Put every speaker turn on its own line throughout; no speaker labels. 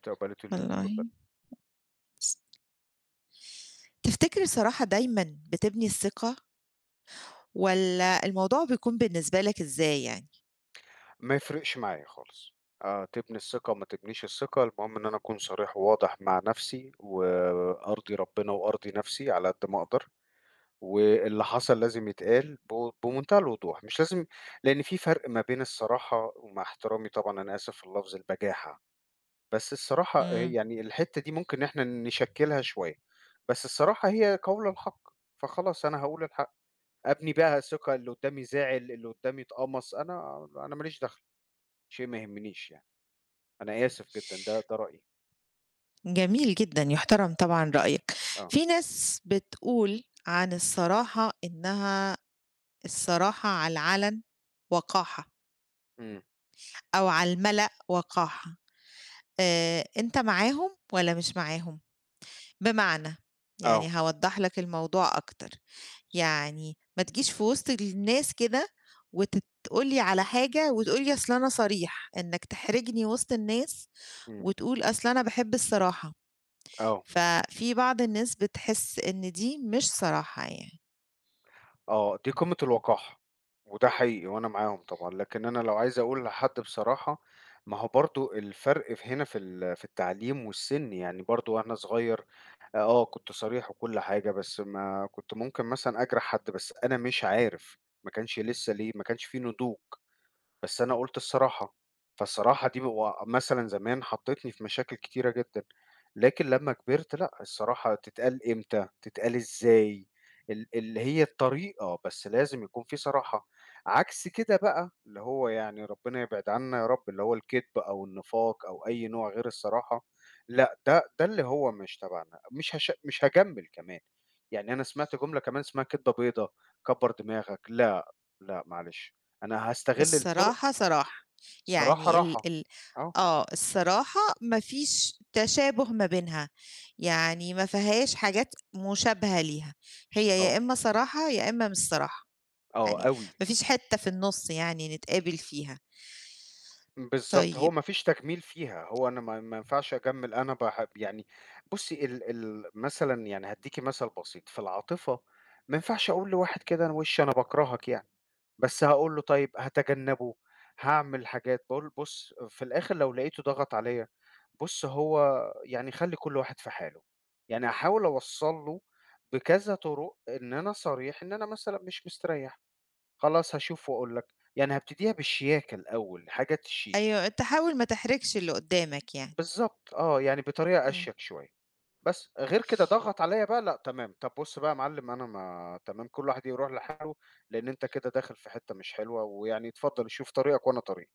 تعبت وبليت اليوم،
والله.
اتفضلي.
تفتكر الصراحة دايمًا بتبني الثقة، والّا الموضوع بيكون بالنسبة لك إزاي يعني؟
ما يفرقش معايا خالص. تبني الثقة ما تبنيش الثقة، المهم إن أنا أكون صريح وواضح مع نفسي، وأرضي ربنا وأرضي نفسي على قد ما أقدر. واللي حصل لازم يتقال بمنتهى الوضوح، مش لازم، لأن في فرق ما بين الصراحة، ومع احترامي طبعًا أنا آسف في اللفظ، البجاحة. بس الصراحة
إمم.
يعني الحتة دي ممكن إن إحنا نشكِّلها شوية. بس الصراحة هي قول الحق، فخلاص أنا هاقول الحق. أبني بيها ثقة، اللي قدّامي زعل، اللي قدّامي اتقمص، أنا ما ليش دخل، شيء ما يهمنيش يعني. أنا آسف جدًا، ده رأيي.
جميل جدًا، يُحترم طبعًا رأيك.
آه.
في ناس بتقول عن الصراحة إنها الصراحة على العلن وقاحة،
إمم.
أو على الملأ وقاحة. أنت معاهم والّا مش معاهم؟ بمعنى،
آه.
يعني هاوضّح لك الموضوع أكتر، يعني ما تجيش في وسط الناس كده وتت تقول لي على حاجة وتقول لي أصل أنا صريح، إنك تحرجني وسط الناس
إمم.
وتقول أصل أنا باحب الصراحة.
آه.
ففي بعض الناس بتحس إن دي مش صراحة يعني،
آه، دي قمة الوقاحة، وده حقيقي وأنا معاهم طبعًا. لكن أنا لو عايز أقول لحد بصراحة، ما هو برضه الفرق في هنا في التعليم والسِن. يعني برضه وأنا صغير آه، كنت صريح وكل حاجة، بس ما كنت ممكن مثلًا أجرح حد، بس أنا مش عارف، ما كانش لسه ليه، ما كانش في نضوج. بس أنا قُلت الصراحة، فالصراحة دي و مثلًا زمان حطّتني في مشاكل كتيرة جدًا. لكن لمّا كبرت لأ، الصراحة تتقال إمتى، تتقال إزاي، اللي هي الطريقة، بس لازم يكون في صراحة. عكس كده بقى اللي هو يعني ربنا يبعد عنا يا رب، اللي هو الكدب أو النفاق أو أي نوع غير الصراحة. لأ ده اللي هو مش تبعنا، مش هاجمّل كمان. يعني أنا سمعت جملة كمان اسمها كدبة بيضا، كبّر دماغك. لأ، لأ معلش، أنا هاستغل الطُرق.
الصراحة صراحة،
الصراحة
يعني ال
راحة.
ال
آه.
آه، الصراحة ما فيش تشابه ما بينها، يعني ما فيهاش حاجات مشابهة ليها، هي
آه.
يا إما صراحة يا إما مش صراحة،
آه
يعني
أوي.
ما فيش حتّة في النُص يعني نتقابل فيها.
بالضبط، هو
طيب
ما فيش تجميل فيها، هو أنا ما ينفعش أجمّل، أنا باحب يعني. بُصّي ال ال مثلًا يعني هادّيكِ مثل بسيط، في العاطفة ما ينفعش أقول لواحد كده انا وِش، أنا باكرهك يعني، بس هاقول له طيب، هاتجنّبه، هاعمل حاجات، باقول بُص في الآخر لو لقيته ضغط عليّا، بُص هو يعني خلّي كل واحد في حاله. يعني أحاول أوصّل له بكذا طُرق إن أنا صريح، إن أنا مثلًا مش مستريّح. خلاص هاشوف وأقول لك، يعني هابتديها بالشياكة الأول، حاجة تشيك.
أيوه، تحاول ما تحرجش اللي قدّامك يعني.
بالضبط آه، يعني بطريقة
إمم.
أشيك شوية. بس غير كده ضغط عليَّ بقى لأ، تمام، طب بُص بقى يا معلم، أنا ما تمام، كل واحد يروح لحاله، لأن أنت كده داخل في حتة مش حلوة، ويعني اتفضل شوف طريقك وأنا طريقي،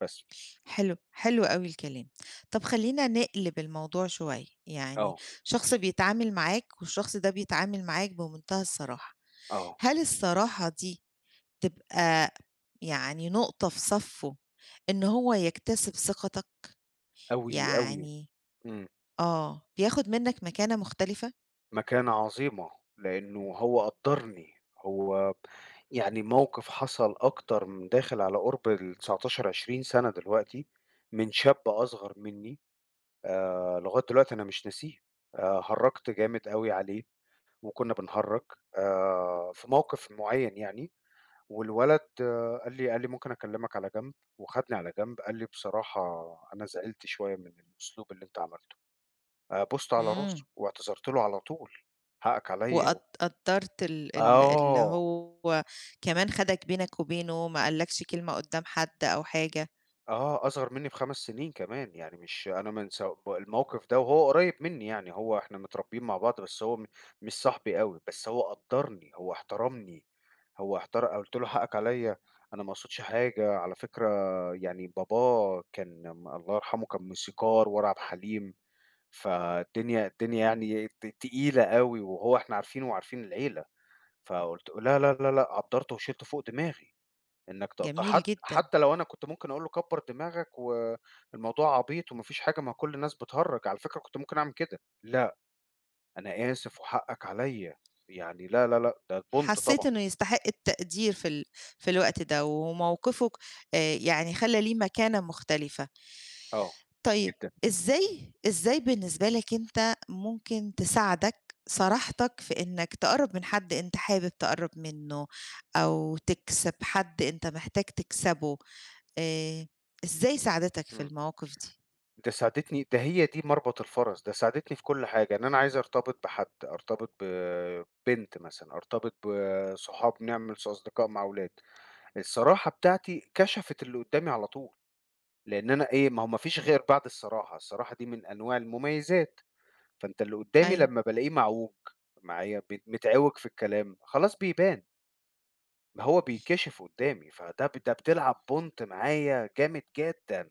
بس.
حلو، حلو أوي الكلام. طب خلّينا نقلب الموضوع شوية، يعني
آه.
شخص بيتعامل معاك والشخص ده بيتعامل معاك بمنتهى الصراحة،
آه،
هل الصراحة دي تبقى يعني نقطة في صفّه إن هو يكتسب ثقتك؟
أوي، أوي.
يعني
إمم.
آه، بياخد منّك مكانة مختلفة؟
مكانة عظيمة، لإنه هو قدّرني. هو يعني موقف حصل أكتر من داخل على قُرب ال19 20 سَنة دلوقتي، من شاب أصغر منّي، لغاية دلوقتي أنا مش ناسيه. هرّجت جامد أوي عليه وكُنّا بنهرّج في موقف معيّن يعني. والولد آه قال لي: "ممكن أكلّمك على جنب." وخدني على جنب قال لي: "بصراحة أنا زعلت شوية من الأسلوب اللي أنت عملته." بُصّت على راسه
إمم،
واعتذرت له على طول. حقّك عليّا.
وقد
و
قدّرت ال ال اللي
آه،
هو كمان خَدَك بينك وبينه، ما قالكش كلمة قدّام حد أو حاجة،
آه، أصغر منّي ب5 سنين كمان. يعني مش أنا من س الموقف ده وهو قريّب منّي يعني، هو إحنا متربيين مع بعض، بس هو م مش صاحبي أوي، بس هو قدّرني، هو احترمني، هو احتر قُلت له حقك عليّا، أنا ما اقصدش حاجة، على فكرة. يعني باباه كان الله يرحمه كان موسيقار وأنا عبد الحليم، فالدنيا الدنيا يعني تقيلة أوي، وهو إحنا عارفينه وعارفين العيلة. فقُلت لا، لا، لا، لأ، قدّرته وشِلته فوق دماغي. إنّك تقط حت
جميل جدًا.
حتى لو أنا كنت ممكن أقول له كبّر دماغك والموضوع عبيط وما فيش حاجة، ما كل الناس بتهرّج، على فكرة كنت ممكن أعمل كده، لأ. أنا آسف وحقّك عليَّ، يعني لا، لا، لأ، ده بُنْت طبعًا.
حسّيت إنه يستحق التقدير في الوقت ده، وموقفِك يعني خلّى ليه مكانة مختلفة.
آه.
طيب
جدًا.
إزاي بالنسبة لك أنت ممكن تساعدك صراحتك في إنك تقرّب من حد أنت حابب تقرّب منّه، أو تكسب حد أنت محتاج تكسبه، آآ إزاي ساعدتك في
إمم.
المواقف دي؟
ده هي دي مربط الفرس، ده ساعدتني في كل حاجة، إن أنا عايز أرتبط بحد، أرتبط ببنت مثلًا، أرتبط بصحاب، نعمل أصدقاء مع أولاد. الصراحة بتاعتي كشفت اللي قدّامي على طول. لإن أنا إيه، ما هو ما فيش غير بعد الصراحة، الصراحة دي من أنواع المميزات. فأنت اللي قدّامي
أيوه
لمّا بالاقيه معوج معايا، متعوج في الكلام، خلاص بيبان، ما هو بيتكشف قدّامي، فده ب ده بتلعب بونت معايا جامد جدًا.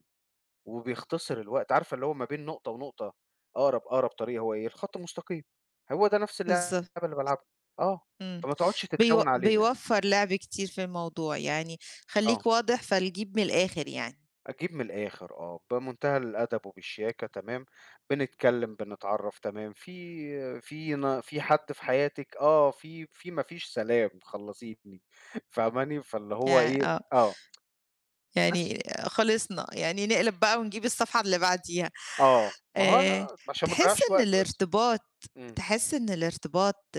وبيختصر الوقت، عارفة اللي هو ما بين نقطة ونقطة، أقرب طريق هو إيه، الخط المستقيم. هو ده نفس اللعبة
بالضبط،
اللي بالعبها. آه.
إمم،
فما تقعدش تتلوّن علينا يعني.
بيوفّر لعب كتير في الموضوع، يعني
آه.
خلّيك واضح فالجيب من الآخر يعني.
أجيب من الآخر آه، بمنتهى الأدب وبالشياكة تمام، بنتكلم، بنتعرّف تمام، في حد في حياتِك آه، في ما فيش سلام خلّصيني، فاهماني؟ فاللي هو إيه.
آه،
آه. بس
يعني خلصنا، يعني نقلب بقى ونجيب الصفحة اللي بعديها.
آه، ما هو
آآ،
أنا عشان ما
تحس
نضيّعش
إن
وقت بس.
الارتباط
إمم.
تحس إن الارتباط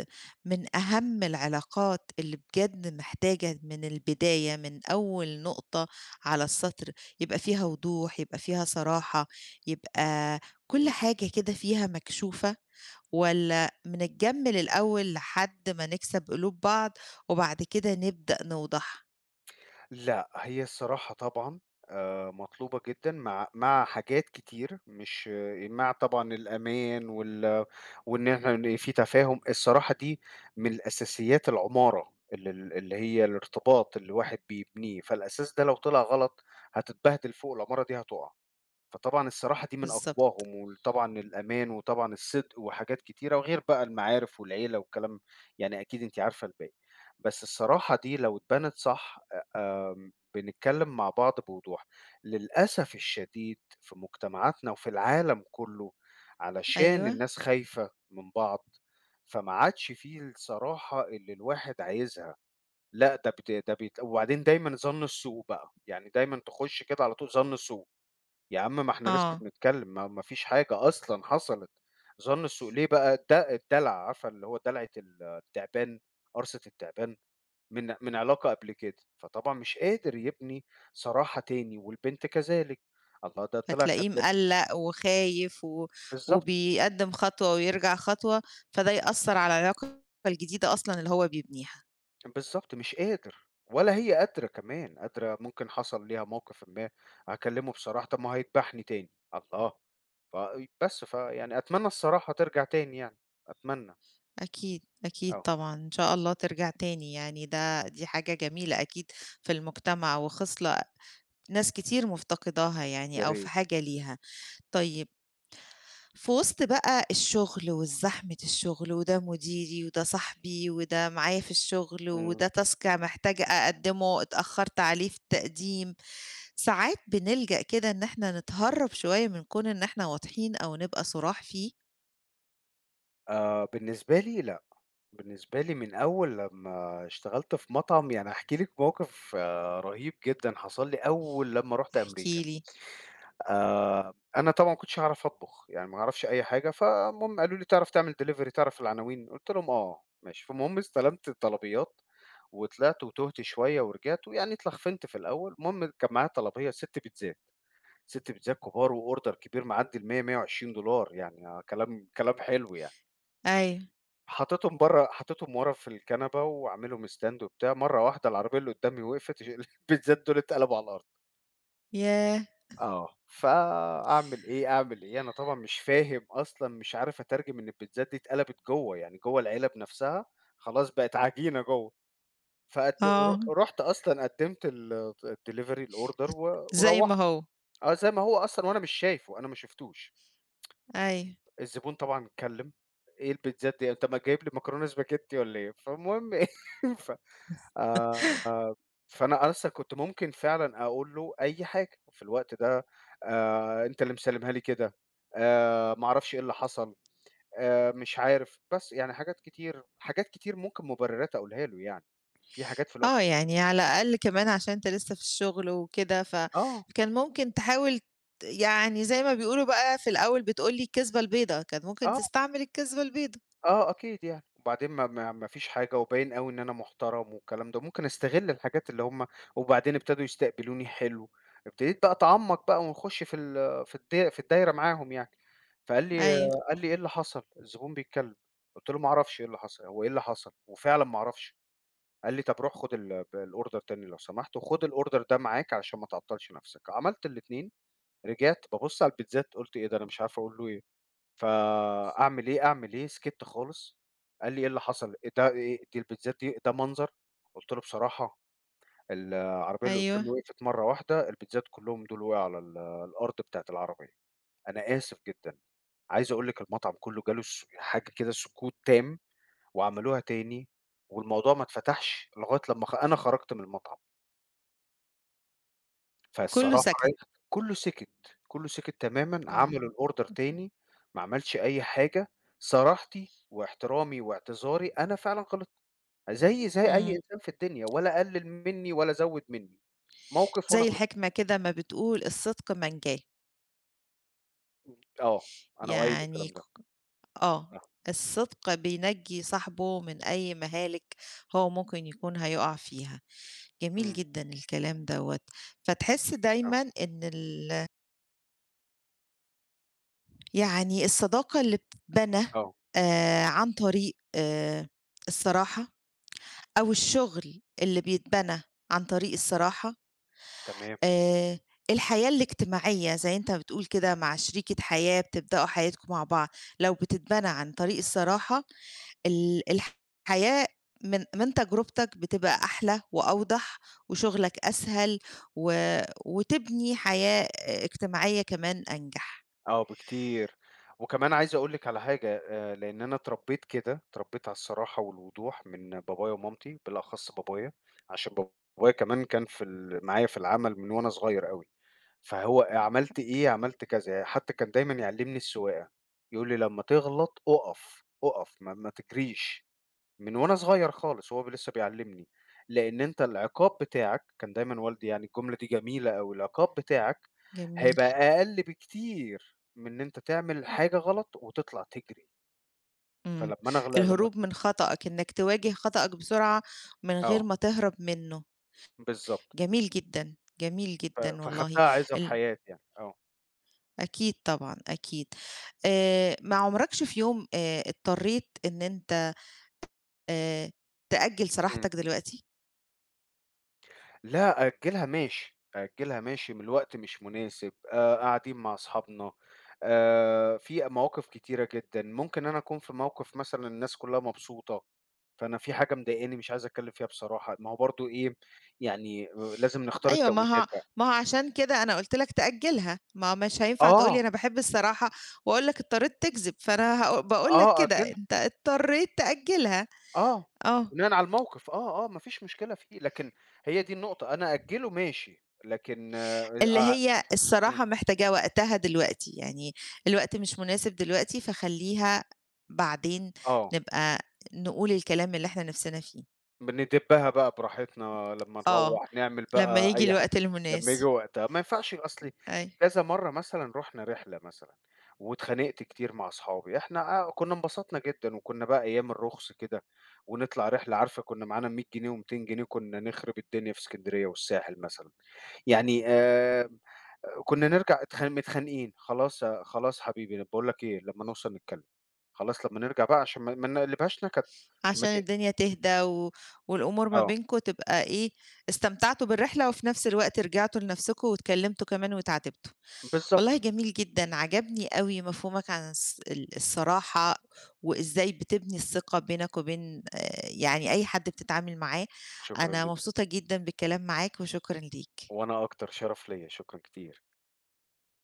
من أهم العلاقات اللي بجد محتاجة من البداية، من أول نقطة على السطر، يبقى فيها وضوح، يبقى فيها صراحة، يبقى كل
إمم.
حاجة كده فيها مكشوفة، والّا بنتجمل الأول لحد ما نكسب قلوب بعض، وبعد كده نبدأ نوضح؟
لأ، هي الصراحة طبعًا مطلوبة جدًا مع حاجات كتير، مش مع طبعًا الأمان وإن إحنا إن في تفاهم. الصراحة دي من الأساسيات، العمارة ال ال اللي هي الارتباط اللي الواحد بيبنيه، فالأساس ده لو طلع غلط هتتبهدل فوق، العمارة دي هتقع. فطبعًا الصراحة دي من
بالضبط،
أقواهم، وطبعًا الأمان وطبعًا الصدق وحاجات كتيرة، وغير بقى المعارف والعيلة والكلام. يعني أكيد أنتِ عارفة الباقي. بس الصراحة دي لو اتبنت صح، بنتكلم مع بعض بوضوح. للأسف الشديد في مجتمعاتنا وفي العالم كله، علشان
أيوه.
الناس خايفة من بعض، فما عادش في الصراحة اللي الواحد عايزها. لأ ده بيت، وبعدين دايمًا ظَن السوء بقى، يعني دايمًا تخش كده على طول ظَن السوء، يا عم ما إحنا لسه
آه،
بنتكلم، ما فيش حاجة أصلًا حصلت. ظَن السوء ليه بقى؟ الدلع عارفة اللي هو دلعة التعبان، قرصة التعبان. من علاقة قبل كده، فطبعًا مش قادر يبني صراحة تاني والبنت كذلك، الله ده طلع
فتلاقيه
كداب.
مقلّق وخايف و
بالضبط.
وبيقدّم خطوة ويرجع خطوة، فده يأثّر على العلاقة الجديدة أصلًا اللي هو بيبنيها.
بالضبط مش قادر، ولا هي قادرة كمان، قادرة ممكن حصل ليها موقف ما. هاكلمه بصراحة، طب ما هو هيكبحني تاني، الله! ف بس فيعني أتمنى الصراحة ترجع تاني يعني، أتمنى.
أكيد، أكيد
آه.
طبعًا، إن شاء الله ترجع تاني يعني ده دي حاجة جميلة أكيد في المجتمع وخِصلة ناس كتير مفتقداها
يا
يعني أو في
ريت.
حاجة ليها. طيب في وسط بقى الشغل وزحمة الشغل وده مديري وده صاحبي وده معايا في الشغل
إمم.
وده task محتاجة أقدّمه اتأخرت عليه في التقديم، ساعات بنلجأ كده إن إحنا نتهرّب شوية من كون إن إحنا واضحين أو نبقى صُراح فيه.
بالنسبة لي لأ. بالنسبة لي من أول لمّا اشتغلت في مطعم، يعني هاحكي لِك موقف آه رهيب جدًا حصل لي أول لمّا رُحت
احكِ
أمريكا.
لي.
أنا طبعًا ما كنتش أعرف أطبخ، يعني ما أعرفش أي حاجة. فالمهم قالوا لي: "تعرف تعمل delivery، تعرف العناوين؟" قُلت لهم: "آه، ماشي." فالمهم استلمت الطلبيات وطلعت وتُهت شوية ورجعت، ويعني اتلخفنت في الأول. المهم كان معايا طلبية 6 بيتزات، 6 بيتزات كبار وorder كبير معدّي ال100، $120 يعني آه، كلام حلو يعني.
أيوه،
حطيتهم برّه، حطيتهم ورا في الكنبة وعامل لهم stand وبتاع، مرّة واحدة العربية اللي قدّامي وقفت البيتزات دول اتقلبوا على الأرض.
ياه!
آه، فأعمل إيه، أعمل إيه، أنا طبعًا مش فاهم أصلًا، مش عارف أترجم إن البيتزات دي اتقلبت جوّه، يعني جوّه العلب نفسها، خلاص بقت عجينة جوّه. فقد
آه،
ر رُحت أصلًا قدّمت ال الdelivery الorder و
زي ما
وروّحت.
هو.
آه، زي ما هو أصلًا وأنا مش شايفه، أنا ما شفتوش.
أيوه.
الزبون طبعًا اتكلّم، إيه البيتزات دي؟ طب ما جايب لي مكرونة سباجيتي والّا إيه؟ فالمهم إيه ف آآ، فأنا أصلًا كنت ممكن فعلًا أقول له أي حاجة في الوقت ده. أنت اللي مسلّمها لي كده، ما أعرفش إيه اللي حصل، مش عارف، بس يعني حاجات كتير، حاجات كتير ممكن مبررات أقولها له يعني، في حاجات في الوقت.
آه، يعني على الأقل كمان عشان أنت لسه في الشغل وكده،
آه.
فكان ممكن تحاول يعني زي ما بيقولوا بقى في الأول بتقول لي الكذبة البيضا، كان ممكن
آه.
تستعمل الكذبة البيضا.
آه أكيد يعني. وبعدين ما فيش حاجة، وباين أوي إن أنا محترم والكلام ده، ممكن أستغل الحاجات اللي هم. وبعدين ابتدوا يستقبلوني حلو، ابتديت بقى أتعمّق بقى ونخش في الدايرة معاهم يعني. فقال لي
أيوه،
قال لي: "إيه اللي حصل؟ الزبون بيتكلم." قُلت له: "ما أعرفش إيه اللي حصل، هو إيه اللي حصل؟" وفعلًا ما أعرفش. قال لي: "طَب روح خُد ال ب الorder تاني لو سمحت، وخُد الorder ده معاك علشان ما تعطّلش نَفْسك." عملت الاتنين، رجعت بابُص على البيتزات قُلت إيه ده، أنا مش عارف أقول له إيه. فأعمل إيه، أعمل إيه، سكِتّ خالص. قال لي: "إيه اللي حصل؟ إيه دي البيتزات دي، ده منظر؟" قُلت له: "بصراحة العربية اللي
أيوه،
قدّامي وقفت مرّة واحدة، البيتزات كلّهم دول وقعوا على ال الأرض بتاعة العربية، أنا آسف جدًا." عايز أقول لِك المطعم كلّه جاله حاجة كده، سكوت تام، وعملوها تاني والموضوع ما اتفتحش لغاية لمّا أنا خرجت من المطعم.
كُلّه
فالصراحة رايح-
سَكَت،
كُلّه سِكِت. كُلّه سِكِت تمامًا،
آه،
عملوا الorder تاني، ما عملش أي حاجة. صراحتي واحترامي واعتذاري، أنا فعلًا غلطت، زيي زي أي
إمم،
إنسان في الدنيا، ولا قلِّل منّي ولا زوِّد منّي. موقِف وأنا
زي
غلطت.
الحكمة كده ما بتقول الصدق منجاه،
آه، أنا أؤيّد
يعني
الكلام
ك
ده.
آه،
آه.
الصدق بينجّي صاحبه من أي مهالك هو ممكن يكون هيُقع فيها. جميل
إمم.
جدًا الكلام دوّة، فتحس
آه.
دايمًا إن ال يعني الصداقة اللي بتتبنى
آه.
عن طريق الصراحة أو الشغل اللي بيتبنى عن طريق الصراحة،
تمام.
آآ الحياة الاجتماعية زي أنت بتقول كده مع شريكة حياة بتبدأوا حياتكم مع بعض، لو بتتبنى عن طريق الصراحة ال الحياة من تجربتك بتبقى أحلى وأوضح وشغلك أسهل و وتبني حياة آه، اجتماعية كمان أنجح.
آه بكتير. وكمان عايز أقول لِك على حاجة، لإن أنا اتربيت كده، اتربيت على الصراحة والوضوح من بابايا ومامتي، بالأخص بابايا. عشان بابايا كمان كان في ال معايا في العمل من وأنا صغير أوي. فهو عملت إيه، عملت كذا، يعني حتى كان دايمًا يعلّمني السواقة، يقول لي: "لمّا تغلط أُقف، أُقف ما تجريش." من وأنا صغير خالص، هو لسه بيعلّمني. لإن أنت العقاب بتاعك كان دايمًا، والدي يعني الجملة دي جميلة أوي، العقاب بتاعك
جميل.
هيبقى أقل بكتير من إن أنت تعمل حاجة غلط وتطلع تجري.
إمم،
فلمّا أنا لمّا
الهروب من خطأك، إنك تواجه خطأك بسرعة من غير
آه،
ما تهرب منه،
بالضبط.
جميل جدًا، جميل
ف
جدًا والله
فخدتها عِزة
ال
في حياتي يعني. آه.
أكيد طبعًا، أكيد. ما عمركش في يوم اضطريت إن أنت آآ، تأجّل
إمم.
صراحتك دلوقتي؟
لأ أأجّلها ماشي، أأجّلها ماشي، من الوقت مش مناسب، قاعدين مع أصحابنا، في مواقف كتيرة جدًا، ممكن أنا أكون في موقف مثلًا الناس كلّها مبسوطة فأنا في حاجة مضايقاني، مش عايز أتكلّم فيها بصراحة، ما هو برضه إيه، يعني آه، لازم نختار
أيوه، ما
التوقيتات
هو
بقى.
ما هو عشان كده أنا قُلت لك تأجّلها، ما هو مش هينفع تقول
آه.
لي أنا باحب الصراحة وأقول لك اضطريت تكذب، فأنا باقول لك
آه
كده،
أأجّلها.
أنت اضطريت تأجّلها،
آه.
آه.
بناءً على الموقف آه، آه، ما فيش مشكلة فيه. لكن هي دي النقطة، أنا أأجّله ماشي، لكن
اللي هي
إمم.
الصراحة محتاجاه وقتها دلوقتي، يعني الوقت مش مناسب دلوقتي، فخلّيها بعدين
آه.
نبقى نقول الكلام اللي إحنا نِفسنا فيه.
بندبّها بقى براحتنا لمّا
آه،
نروّح، نعمل
لمّا
بقى
ييجي
أي حاجة،
الوقت
لمّا ييجي
المناسب،
وقتها. ما ينفعش أصل،
أيوه،
كذا مرّة مثلًا رُحنا رحلة مثلًا، واتخانقت كتير مع أصحابي، إحنا آه كُنّا انبسطنا جدًا، وكُنّا بقى أيام الرخص كده، ونطلع رحلة، عارفة كُنّا معانا 100 جنيه و200 جنيه كُنّا نخرب الدنيا في إسكندرية والساحل مثلًا. يعني كُنّا نرجع متخانقين، خلاص يا خلاص حبيبي باقول لك إيه، لمّا نوصل نتكلّم، خلاص لمّا نرجع بقى عشان ما نقلّبهاش نكد. ما
عشان
ت
الدنيا تهدى و والأمور ما
آه،
بينكم تبقى إيه، استمتعتوا بالرحلة وفي نَفْس الوقت رجعتوا لنَفْسكم واتكلمتوا كمان واتعاتبتوا.
بالضبط.
والله جميل جدًا، عجبني أوي مفهومك عن الصراحة، وإزاي بتبني الثقة بينك وبين يعني أي حد بتتعامل معاه،
شكرًا
أنا
ليك.
مبسوطة جدًا بالكلام معاك وشكرًا ليك.
وأنا أكتر، شرف ليّا، شكرًا كتير.